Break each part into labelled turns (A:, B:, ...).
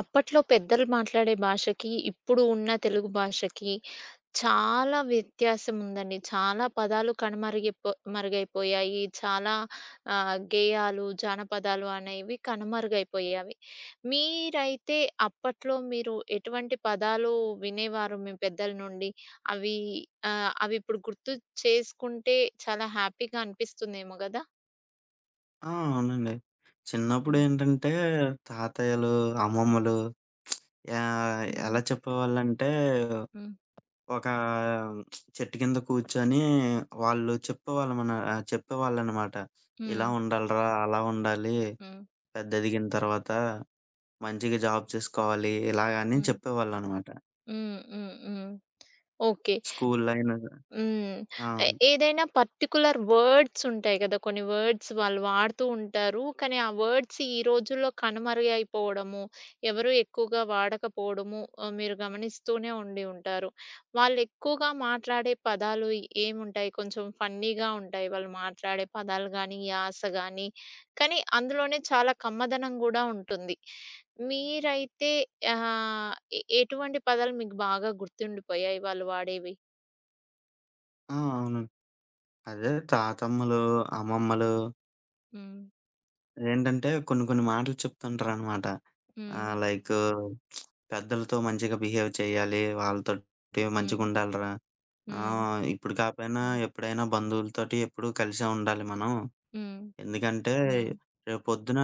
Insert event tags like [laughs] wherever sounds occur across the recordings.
A: అప్పట్లో పెద్దలు మాట్లాడే భాషకి, ఇప్పుడు ఉన్న తెలుగు భాషకి చాలా వ్యత్యాసం ఉందండి. చాలా పదాలు మరుగైపోయాయి. చాలా గేయాలు, జానపదాలు అనేవి కనుమరుగైపోయావి. మీరైతే అప్పట్లో మీరు ఎటువంటి పదాలు వినేవారు మీ పెద్దల నుండి? అవి అవి ఇప్పుడు గుర్తు చేసుకుంటే చాలా హ్యాపీగా అనిపిస్తుందేమో గదా!
B: ఆ! అవునండి.
A: హ్మ్.
B: చిన్నప్పుడేంటంటే తాతయ్యలు, అమ్మమ్మలు
A: హ్మ్.
B: ఎలా చెప్పేవాళ్ళంటే
A: హ్మ్.
B: ఒక చెట్టు కింద కూర్చొని వాళ్ళు చెప్పేవాళ్ళనమాట. ఇలా
A: హ్మ్.
B: ఉండాలిరా, అలా ఉండాలి.
A: హ్మ్.
B: పెద్ద ఎదిగిన తర్వాత మంచిగా జాబ్ చేసుకోవాలి. ఇలాగ అని
A: హ్మ్.
B: చెప్పేవాళ్ళనమాట.
A: హ్మ్. హ్మ్. హ్మ్. ఓకే.
B: స్కూల్‌లో అయినా సరే.
A: హ్మ్.
B: ఆ!
A: ఏదైనా పర్టిక్యులర్ వర్డ్స్ ఉంటాయి గదా! కొన్ని వర్డ్స్ వాళ్ళు వాడుతూ ఉంటారు. కానీ, ఆ వర్డ్స్ ఈ రోజుల్లో కనుమరుగైపోవడము, ఎవరు ఎక్కువగా వాడకపోవడము మీరు గమనిస్తూనే ఉండి ఉంటారు. వాళ్ళు ఎక్కువగా మాట్లాడే పదాలు ఏముంటాయి? కొంచెం ఫన్నీగా ఉంటాయి వాళ్ళు మాట్లాడే పదాలు గానీ, యాస గానీ, కానీ అందులోనే చాలా కమ్మదనం గూడా ఉంటుంది. మీరైతే ఆహ్, ఎటువంటి పదాలు మీకు బాగా గుర్తుండిపోయాయి వాళ్ళు వాడేవి?
B: ఆ! అవును. అదే తాతమ్మలు, అమ్మమ్మలు
A: హ్మ్.
B: ఏంటంటే కొన్ని కొన్ని మాటలు చెప్తుంటారనమాట.
A: హ్మ్.
B: లైకు పెద్దలతో మంచిగా బిహేవ్ చేయాలి. వాళ్ళతోటి
A: హ్మ్.
B: మంచిగుండాలిరా. ఆ!
A: హ్మ్.
B: ఇప్పుడు కాపోయినా
A: హ్మ్.
B: ఎప్పుడైనా బంధువులతోటి ఎప్పుడూ కలిసే ఉండాలి మనం.
A: హ్మ్.
B: ఎందుకంటే
A: హ్మ్.
B: రేపొద్దున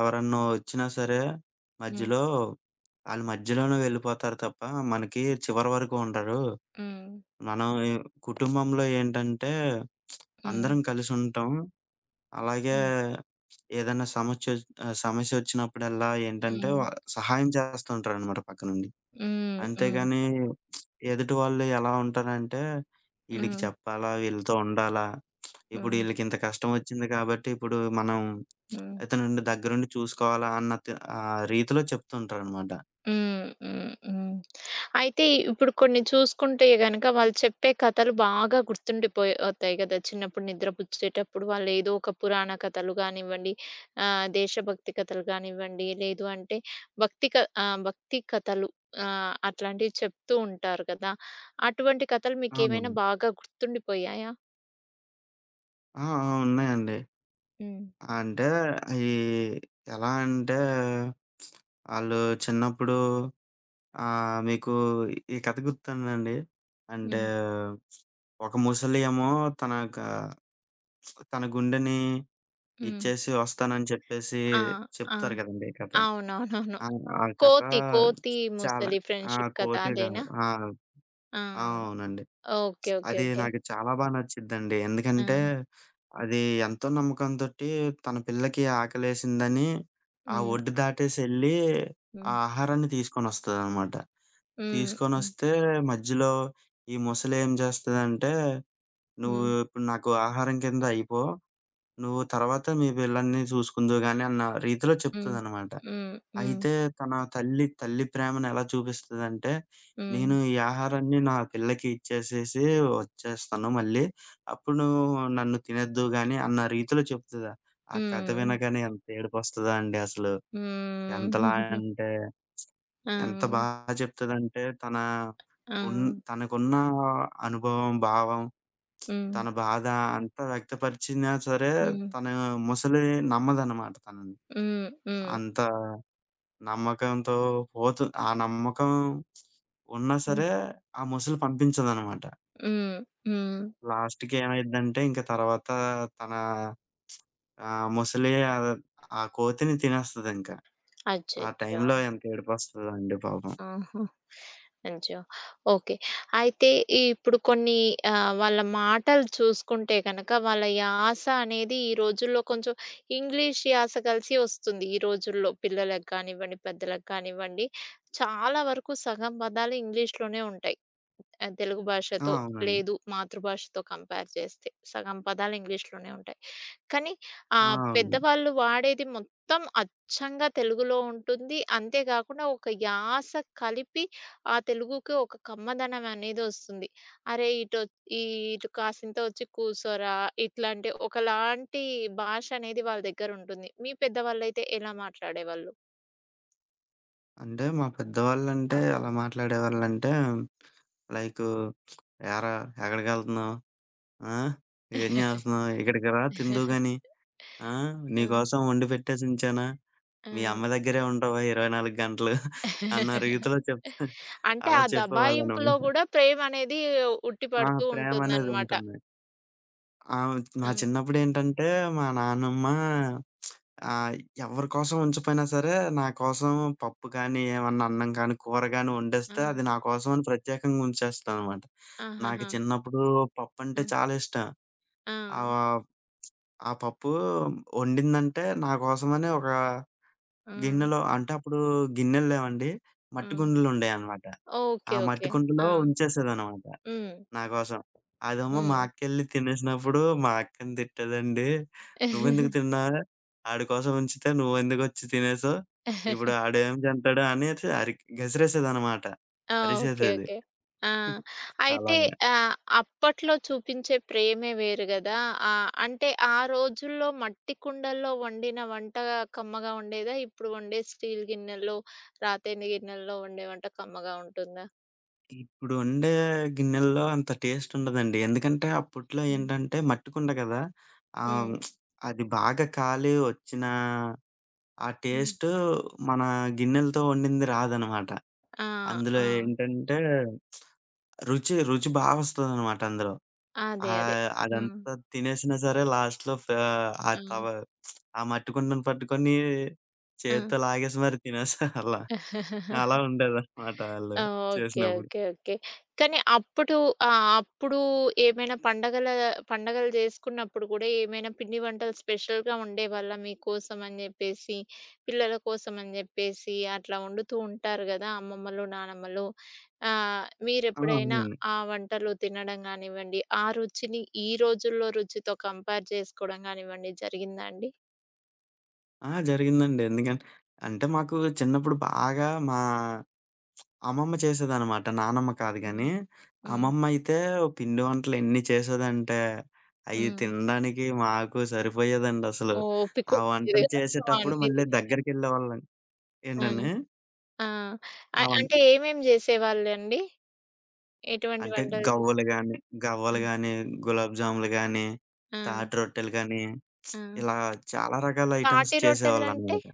B: ఎవరన్నా వచ్చినా సరే
A: హ్మ్.
B: మధ్యలో ఆళ్ళు మధ్యలోనే వెళ్ళిపోతారు తప్ప మనకి చివరి వరకు ఉండరు.
A: హ్మ్.
B: మనం ఈ కుటుంబంలో ఏంటంటే
A: హ్మ్.
B: అందరం కలిసుంటాం. అలాగే
A: హ్మ్.
B: ఏదైనా సమస్యొచ్చినప్పుడల్లా
A: హ్మ్.
B: ఏంటంటే
A: హ్మ్.
B: సహాయం చేస్తుంటారనమాట పక్క నుండి.
A: హ్మ్. హ్మ్.
B: అంతేగాని ఎదుటి వాళ్ళు ఎలా ఉంటారంటే, ఈడికి
A: హ్మ్.
B: చెప్పాలా? వీళ్ళతో ఉండాలా? ఇప్పుడు ఈళ్ళకింత కష్టమొచ్చింది కాబట్టి, ఇప్పుడు మనం
A: హ్మ్.
B: ఇతనుండి దగ్గరుండి చూసుకోవాలా అన్న తి ఆ రీతిలో చెప్తుంటారనమాట.
A: హ్మ్. హ్మ్. హ్మ్. అయితే ఇప్పుడు కొన్ని చూసుకుంటే గనక వాళ్ళు చెప్పే కథలు బాగా గుర్తుండిపోయి అవుతాయి కదా! చిన్నప్పుడు నిద్రపుచ్చేటప్పుడు వాళ్ళేదో ఒక పురాణ కథలు గానివ్వండి, దేశభక్తి కథలు గానివ్వండి, లేదు అంటే భక్తి క భక్తి కథలు అట్లాంటివి చెప్తూ ఉంటారు కదా! అటువంటి కథలు
B: అవును.
A: మీకేమైనా బాగా గుర్తుండిపోయాయా?
B: ఆ! ఆ! ఉన్నాయండి.
A: హ్మ్.
B: అంటే ఈ ఎలా అంటే, ఆళ్ళు చిన్నప్పుడు మీకు ఈ కథ గుర్తుందండి. అంటే
A: హ్మ్.
B: ఒక ముసలి ఏమో తన క తన గుండెని
A: హ్మ్.
B: ఇచ్చేసి వస్తానని చెప్పేసి
A: ఆ! ఆ!
B: చెప్తారు గదండీ కథ.
A: అవునవునవును.
B: ఆ! ఆ కథ
A: కోతి
B: చాలా
A: ముసలి ఫ్రెండ్‌షిప్ కథ
B: కోతే గాదు.
A: అదేనా?
B: ఆ!
A: ఆ!
B: ఆ! అవునండి.
A: ఓకే. ఓకే.
B: అది
A: ఓకే.
B: నాకు చాలా నచ్చిద్దండి.
A: ఆ!
B: ఎందుకంటే, అది ఎంతో నమ్మకంతోటి తన పిల్లకి ఆకలేసిందని ఆ
A: హ్మ్.
B: ఒడ్డు దాటేసెళ్లి ఆ
A: హ్మ్.
B: ఆహారాన్ని తీసుకొనొస్తదనమాట.
A: హ్మ్. హ్మ్.
B: తీసుకొనొస్తే మధ్యలో ఈ ముసలేం జేస్తదంటే, "నువ్వు
A: హ్మ్.
B: ఇప్పుడు నాకు ఆహారం కింద అయిపో", నువ్వు తర్వాత మీ పిల్లల్ని చూసుకుందువు గానీ అన్న రీతిలో
A: హ్మ్.
B: చెప్తదనమాట.
A: హ్మ్. హ్మ్.
B: అయితే తన తల్లి, తల్లి ప్రేమనెలా చూపిస్తదంటే,
A: హ్మ్.
B: నేను ఈ ఆహారాన్ని నా పిల్లకి ఇచ్చేసేసి వచ్చేస్తాను మళ్ళీ. అప్పుడు నువ్వు నన్ను తినొద్దువు గానీ అన్న రీతిలో చెప్తదా. ఆ కథ
A: హ్మ్.
B: వినగానే ఎంత ఏడుపొస్తదో అండి అసలు. ఎంతలా
A: హ్మ్.
B: అంటే,
A: ఆ!
B: ఎంత చెప్తదంటే తన
A: ఆ!
B: ఉన్ తనకున్న అనుభవం, భావం,
A: హ్మ్.
B: తన బాధ అంతా వ్యక్తపరిచినా సరే,
A: హ్మ్.
B: తను ముసలి నమ్మదనమాట తనని.
A: హ్మ్. హ్మ్.
B: అంత నమ్మకంతో ఆ నమ్మకం ఉన్నా
A: హ్మ్.
B: సరే, ఆ ముసలి పంపించదనమాట.
A: హ్మ్. హ్మ్. [laughs]
B: లాస్ట్‌కి ఏమైద్దంటే ఇంక తర్వాత తన ముసలి ఆ కోతిని తినేస్తదింక. ఆ
A: అచ్చచ్చో!
B: టైంలో ఎంత ఏడుపొస్తదండి పాపం.
A: ఆహా! అచ్చో! ఓకే. అయితే ఇప్పుడు కొన్ని వాళ్ళ మాటలు చూసుకుంటే గనక వాళ్ళ యాస అనేది ఈ రోజుల్లో కొంచెం ఇంగ్లీష్ యాస కలిసి వస్తుంది. ఈ రోజుల్లో పిల్లలకి కానివ్వండి, పెద్దలకి కానివ్వండి. చాలా వరకు సగం పదాలు ఇంగ్లీష్‌లోనే ఉంటాయి. తెలుగు భాషతో
B: అవునండి.
A: లేదు మాతృభాషతో కంపేర్ చేస్తే. సగం పదాలు ఇంగ్లీష్‌లోనే ఉంటాయి. కానీ
B: అవును.
A: పెద్దవాళ్ళు వాడేది మొత్తం అచ్చంగా తెలుగులో ఉంటుంది. అంతే కాకుండా ఒక యాస కలిపి ఆ తెలుగుకి ఒక కమ్మదనం అనేది వస్తుంది. అరే! ఇటు కాసింత వచ్చి కూసోరా! ఇట్లాంటి ఒకలాంటి భాష అనేది వాళ్ళ దగ్గర ఉంటుంది. మీ పెద్దవాళ్ళైతే ఎలా మాట్లాడేవాళ్ళు?
B: అంటే మా పెద్దవాళ్ళంటే ఎలా మాట్లాడేవాళ్ళంటే, లైకు "ఏరా ఎక్కడికెళ్తున్నావు?" ఆ! ఏం జేస్తన్నావు?
A: [laughs]
B: ఇక్కడికి రా తిందువు గాని. ఆ!
A: ఆ!
B: నీకోసం వండి పెట్టేసి ఉంచానా?
A: ఆ!
B: మీ అమ్మ దగ్గరే ఉంటావా 24 గంటలు? [laughs] అన్న
A: [laughs]
B: రీతిలో చెప్తా [laughs]
A: అంటే
B: అలా
A: ఆ దబాయింపులో
B: చెప్పేవాళ్ళనమాట.
A: గూడా ప్రేమనేది ఉట్టి పడుతూ
B: ప్రేమనేది
A: ఉంటుందనమాట.
B: ఉంటుంది. ఆహ్, మా
A: హ్మ్.
B: చిన్నప్పుడేంటంటే మా నానమ్మ ఆహ్, ఎవరి కోసం ఉంచపోయినా సరే నా కోసం పప్పు కానీ, ఏమన్నా అన్నం కానీ, కూర గానీ
A: ఆ!
B: వండేస్తే అది నా కోసం అని ప్రత్యేకంగా ఉంచేస్తదనమాట. నాకు
A: ఆహాహా!
B: చిన్నప్పుడు పప్పంటే
A: హ్మ్.
B: చాలా ఇష్టం.
A: ఆ!
B: ఆహ్ ఆ పప్పు వండిందంటే నా కోసమని ఒక
A: హ్మ్.
B: గిన్నెలో, అంటే అప్పుడు గిన్నెలు లేవండి. మట్టి
A: హ్మ్.
B: కుండలుండేయన్నమాట. ఆ
A: ఓకే.
B: మట్టి
A: ఓకే.
B: కుండలో
A: ఆ!
B: ఉంచేసేదనమాట
A: హ్మ్.
B: నా కోసం. అదేమో మా
A: హ్మ్.
B: అక్కెళ్ళి తినేసినప్పుడు మా అక్కని తిట్టేదండి. "నువ్వెందుకు
A: [laughs]
B: తిన్నావే? ఆడి కోసం ఉంచితే నువ్వెందుకొచ్చి తినేసావు? ఇప్పుడు ఆడేం తింటాడు" అనేసి గసిరేసేదనమాట.
A: ఆ! ఓకే.
B: అరిసేసేది.
A: ఓకే. ఆ! అయితే
B: అలాగ.
A: ఆహ్, అప్పట్లో చూపించే ప్రేమే వేరు గదా! అంటే ఆ రోజుల్లో మట్టి కుండల్లో వండిన వంట కమ్మగా ఉండేదా? ఇప్పుడు వండే స్టీల్ గిన్నెల్లో, రాతైన గిన్నెల్లో వండే వంట కమ్మగా ఉంటుందా?
B: ఇప్పుడు వండే గిన్నెల్లో అంత టేస్ట్ ఉండదండి. ఎందుకంటే అప్పట్లో
A: హ్మ్.
B: ఏంటంటే మట్టి కుండ కదా! ఆహ్,
A: హ్మ్.
B: అది బాగా కాలి వచ్చిన ఆ
A: హ్మ్.
B: టేస్టు మన గిన్నెలతో వండింది రాదనమాట.
A: ఆ!
B: అందులో
A: ఆ!
B: ఏంటంటే రుచి వస్తదనమాట అందులో.
A: అదే. అదే. ఆ!
B: అదంతా తినేసినా సరే లాస్ట్‌లో ఫ ఆ
A: ఆ!
B: తవ ఆ మట్టి కుండను పట్టుకొని
A: ఆ!
B: చేత్తో లాగేసి మరి తినేసేవాళ్ళం. అలా
A: [laughs]
B: ఉండేదనమాట ఆళ్ళు
A: ఆ! ఓకే.
B: చేసినప్పుడు.
A: ఓకే. ఓకే. కానీ అప్పుడు ఆహ్, అప్పుడు ఏమైనా పండగలు జేసుకున్నప్పుడు గూడా ఏమైనా పిండి వంటలు స్పెషల్‌గా ఉండేవాళ్ళా మీకోసం అని జెప్పేసి, పిల్లల కోసం అని జెప్పేసి అట్లా వండుతూ ఉంటారు గదా! అమ్మమ్మలు, నానమ్మలు. మీరెప్పుడైనా
B: అవునండి.
A: ఆ వంటలు తినడం గానివ్వండి, ఆ రుచిని ఈ రోజుల్లో రుచితో కంపేర్ జేసుకోవడం గానివ్వండి జరిగిందా అండి?
B: జరిగిందండి. ఎందుకంటే అంటే మాకు చిన్నప్పుడు బాగా మా అమ్మమ్మ చేసేదనమాట. నానమ్మ కాదు
A: హ్మ్.
B: గానీ,
A: హ్మ్.
B: అమ్మమ్మ అయితే పిండి వంటలు ఎన్ని చేసేదంటే, అయి
A: హ్మ్.
B: తినడానికి మాకు సరిపోయేదండసలు. ఆ
A: ఓపికుండేది
B: వంటలు
A: గాదు
B: చేసేటప్పుడు
A: అన్నీ
B: మళ్ళీ
A: తినేదాన్ని.
B: దగ్గరికెళ్ళేవాళ్ళం.
A: ఆ!
B: ఏంటండి?
A: ఆ! అ
B: ఆ వం
A: అంటే ఏమేమి జేసేవాళ్ళండి? ఎటువంటి
B: అంటే
A: వంటలు చేస్
B: గవ్వలు గానీ,
A: ఆ!
B: గవ్వలు గానీ, గులాబ్ జాములు గానీ,
A: ఆ!
B: తాటి రొట్టెలు గానీ,
A: ఆ!
B: ఇలా చాలా రకాల ఐటెమ్స్
A: తాటి రొట్టెలంటే
B: చేసేవాళ్ళనమాట.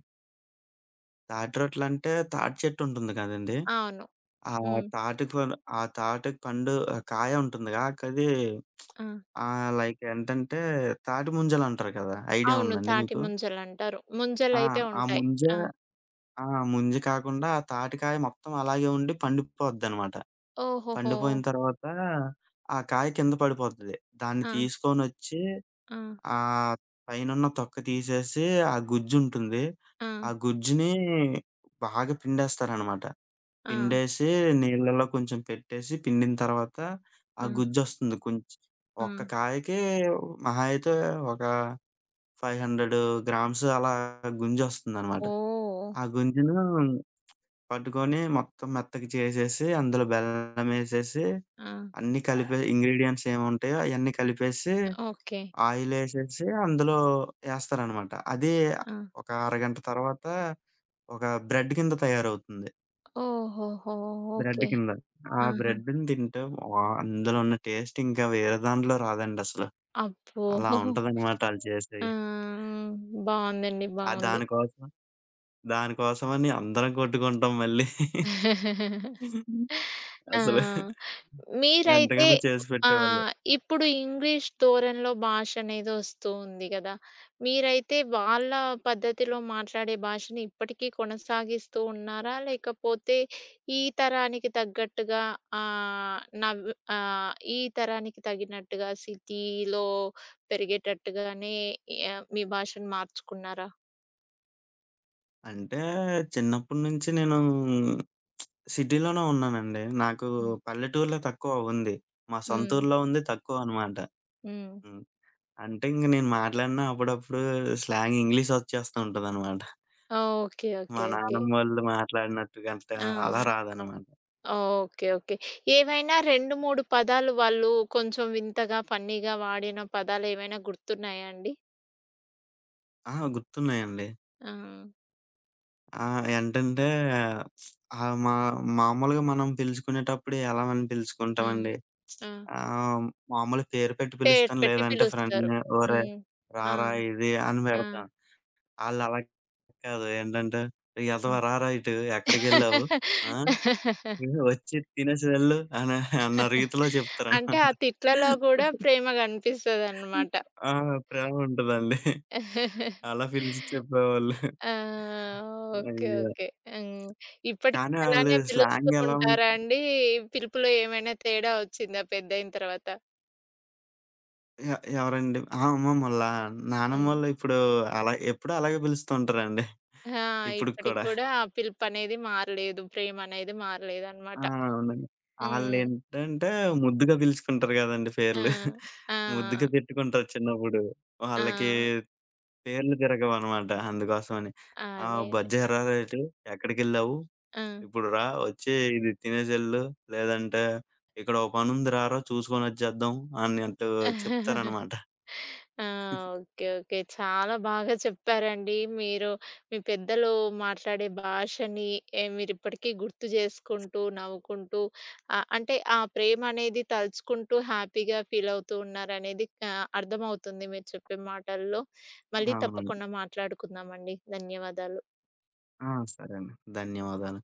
B: తాటి రొట్టెలంటే తాటి చెట్టు ఉంటుంది కదండీ!
A: అవును.
B: ఆ
A: హ్మ్.
B: తాటికి పం ఆ తాటికి పండు ఆ కాయ ఉంటుందిగా కది.
A: ఆ!
B: లైక్ ఏంటంటే తాటి ముంజలంటారు కదా! ఐడియా
A: అవును.
B: ఉందండి
A: తాటి
B: మీకు?
A: ముంజలంటారు.
B: ఆ!
A: ముంజలైతే
B: ఆ
A: ఉంటాయి.
B: ముంజ,
A: ఆ!
B: ఆ! ముంజ కాకుండా ఆ తాటికాయ మొత్తం అలాగే ఉండి పండిపోద్దనమాట.
A: ఓహోహో!
B: పండిపోయిన తర్వాత ఆ కాయ కింద పడిపోతది. దాన్ని
A: ఆ!
B: తీసుకొనొచ్చి
A: ఆ!
B: ఆహ్, పైనున్న తొక్క తీసేసి ఆ గుజ్జుంటుంది.
A: ఆ!
B: ఆ గుజ్జుని బాగా పిండేస్తారనమాట.
A: ఆ!
B: పిండేసి నీళ్ళలో కొంచెం పెట్టేసి పిండిన తర్వాత ఆ
A: ఆ!
B: గుజ్జొస్తుంది. కొంచెం
A: ఆ!
B: ఒక్క కాయకి మహా అయితే ఒక 500 గ్రామ్స్ అలా గుంజొస్తుందనమాట.
A: ఓహ్!
B: ఆ గుంజును పట్టుకొని మొత్తం మెత్తగా చేసేసి అందులో బెల్లమేసేసి
A: ఆ!
B: అన్నీ కలిపే ఇంగ్రీడియెంట్స్ ఏముంటాయో అయన్నీ కలిపేసి
A: ఓకే.
B: ఆయిలేసేసి అందులో ఏస్తారనమాట. అది
A: ఆ!
B: ఒక అరగంట తర్వాత ఒక బ్రెడ్ కింద తయారవుతుంది.
A: ఓహోహో!
B: Bread
A: okay.
B: కింద. ఆ
A: ఆహా!
B: బ్రెడ్‌ని తింటే అందులో ఉన్న టేస్ట్ ఇంకా వేరే దాంట్లో రాదండసలు.
A: అబ్బో!
B: అలా ఉంటదనమాట ఆళ్ళు
A: ఆ!
B: చేసేయి.
A: బావుందండి.
B: ఆ
A: బావుంది.
B: దానికోసం దానికోసమని అందరం కొట్టుకుంటాం మళ్ళీ.
A: [laughs]
B: అసలు
A: ఆ! మీరైతే
B: ఎంతగానో చేసి పెట్టేవాళ్ళు.
A: ఇప్పుడు ఇంగ్లీష్ ధోరణిలో భాష అనేది వస్తూ ఉంది గదా! మీరైతే వాళ్ళ పద్ధతిలో మాట్లాడే భాషని ఇప్పటికీ కొనసాగిస్తూ ఉన్నారా? లేకపోతే ఈ తరానికి తగ్గట్టుగా ఆహ్, నవ్ ఈ తరానికి తగినట్టుగా సిటీలో పెరిగేటట్టుగానే మీ భాషను మార్చుకున్నారా?
B: అంటే చిన్నప్పటి నుంచి నేను సిటీలోనే ఉన్నానండి. నాకు
A: హ్మ్.
B: పల్లెటూరులో తక్కువ ఉంది. మా సొంత
A: హ్మ్.
B: ఊర్లో ఉంది తక్కువ అనమాట.
A: హ్మ్.
B: హ్మ్. అంటే ఇంక నేను మాట్లాడినా అప్పుడప్పుడు స్లాంగ్ ఇంగ్లీష్ ఒచ్చేస్తూ ఉంటదనమాట.
A: ఓకే.
B: మా
A: ఓకే. ఓకే.
B: నానమ్మోళ్ళు మాట్లాడినట్టు గంట
A: ఆ!
B: అలా రాదనమాట.
A: ఓకే. ఓకే. ఏవైనా 2, 3 పదాలు వాళ్ళు కొంచెం వింతగా, ఫన్నీగా వాడిన పదాలేవైనా గుర్తున్నాయా అండి?
B: గుర్తున్నాయండి.
A: ఆ!
B: ఏంటంటే ఆహ్, మా మామూలుగా మనం పిలుచుకునేటప్పుడు ఎలా మనం
A: హ్మ్.
B: పిలుచుకుంటామండి.
A: ఆ!
B: ఆహ్, మామూలు పేరు పెట్టి
A: పేరు
B: పిలుస్తాను.
A: పెట్టి
B: లేదంటే
A: పిలుస్తారు.
B: ఫ్రెండ్‌ని "ఒరేయ్
A: హ్మ్. ఆ!
B: రారా ఇది" అని
A: ఆ!
B: పెడతాం. ఆళ్ళు అలా కాదు. ఏంటంటే "ఎదవ రారా ఇటు
A: హ్మ్.
B: ఎక్కడికెళ్ళావు? ఆ!
A: [laughs]
B: వచ్చి తినేసి వెళ్ళు" అనే అన్న రీతిలో
A: అంటే
B: చెప్తారనమాట.
A: ఆ తిట్లలో గూడా ప్రేమ గనిపిస్తదనమాట.
B: ఆ! ప్రేమ ఉంటదండి. అలా పిలిచి చెప్పేవాళ్ళు.
A: ఆ! ఓకే.
B: అయ్యో!
A: ఓకే. హ్మ్. ఇప్పటికి
B: కానీ ఆళ్ళు
A: అలానే పిలుస్తూ
B: స్లాంగ్ ఎలా ఉం
A: ఉంటారా అండి? పిలుపులో ఏమైనా తేడా వచ్చిందా పెద్దయిన తర్వాత?
B: ఎ ఎవరండి? అమ్మమ్మోళ్ళ?
A: హ్మ్.
B: నానమ్మోళ్ళు ఇప్పుడు అలా ఎప్పుడూ అలాగే పిలుస్తూ ఉంటారండి.
A: ఆ!
B: ఇప్పుడుకి
A: ఇప్పటికి
B: కూడా.
A: గూడా ఆ పిలుపనేది మారలేదు. ప్రేమనేది
B: ఆ!
A: మారలేదనమాట.
B: అవునండి.
A: హ్మ్.
B: ఆళ్ళేంటంటే ముద్దుగా పిలుచుకుంటారు గదండీ
A: ఆ!
B: పేర్లు.
A: ఆ!
B: ముద్దుగా తిట్టుకుంటారు చిన్నప్పుడు.
A: ఆ!
B: వాళ్ళకి పేర్లు తిరగవనమాట అందుకోసమని. ఆ!
A: అదే. అదే.
B: "బజ్జేరా రేటు? ఎక్కడికెళ్ళావు?
A: ఆ!
B: ఇప్పుడు రా వచ్చి ఇది తినేసెళ్ళు. లేదంటే ఇక్కడ ఓ పనుంది రారా చూసుకొనొచ్చేద్దాం" అన్నట్టు చెప్తారనమాట.
A: ఆ! ఓకే. ఓకే. చాలా బాగా చెప్పారండి. మీరు మీ పెద్దలు మాట్లాడే భాషని మీరిప్పటికీ గుర్తు చేసుకుంటూ, నవ్వుకుంటూ అంటే ఆ ప్రేమ అనేది తలుచుకుంటూ హ్యాపీగా ఫీల్ అవుతూ ఉన్నారనేది అర్థమవుతుంది మీరు చెప్పే మాటల్లో. మళ్ళీ
B: అవునండి.
A: తప్పకుండా మాట్లాడుకుందామండి. ధన్యవాదాలు.
B: సరే అండి. ధన్యవాదాలు.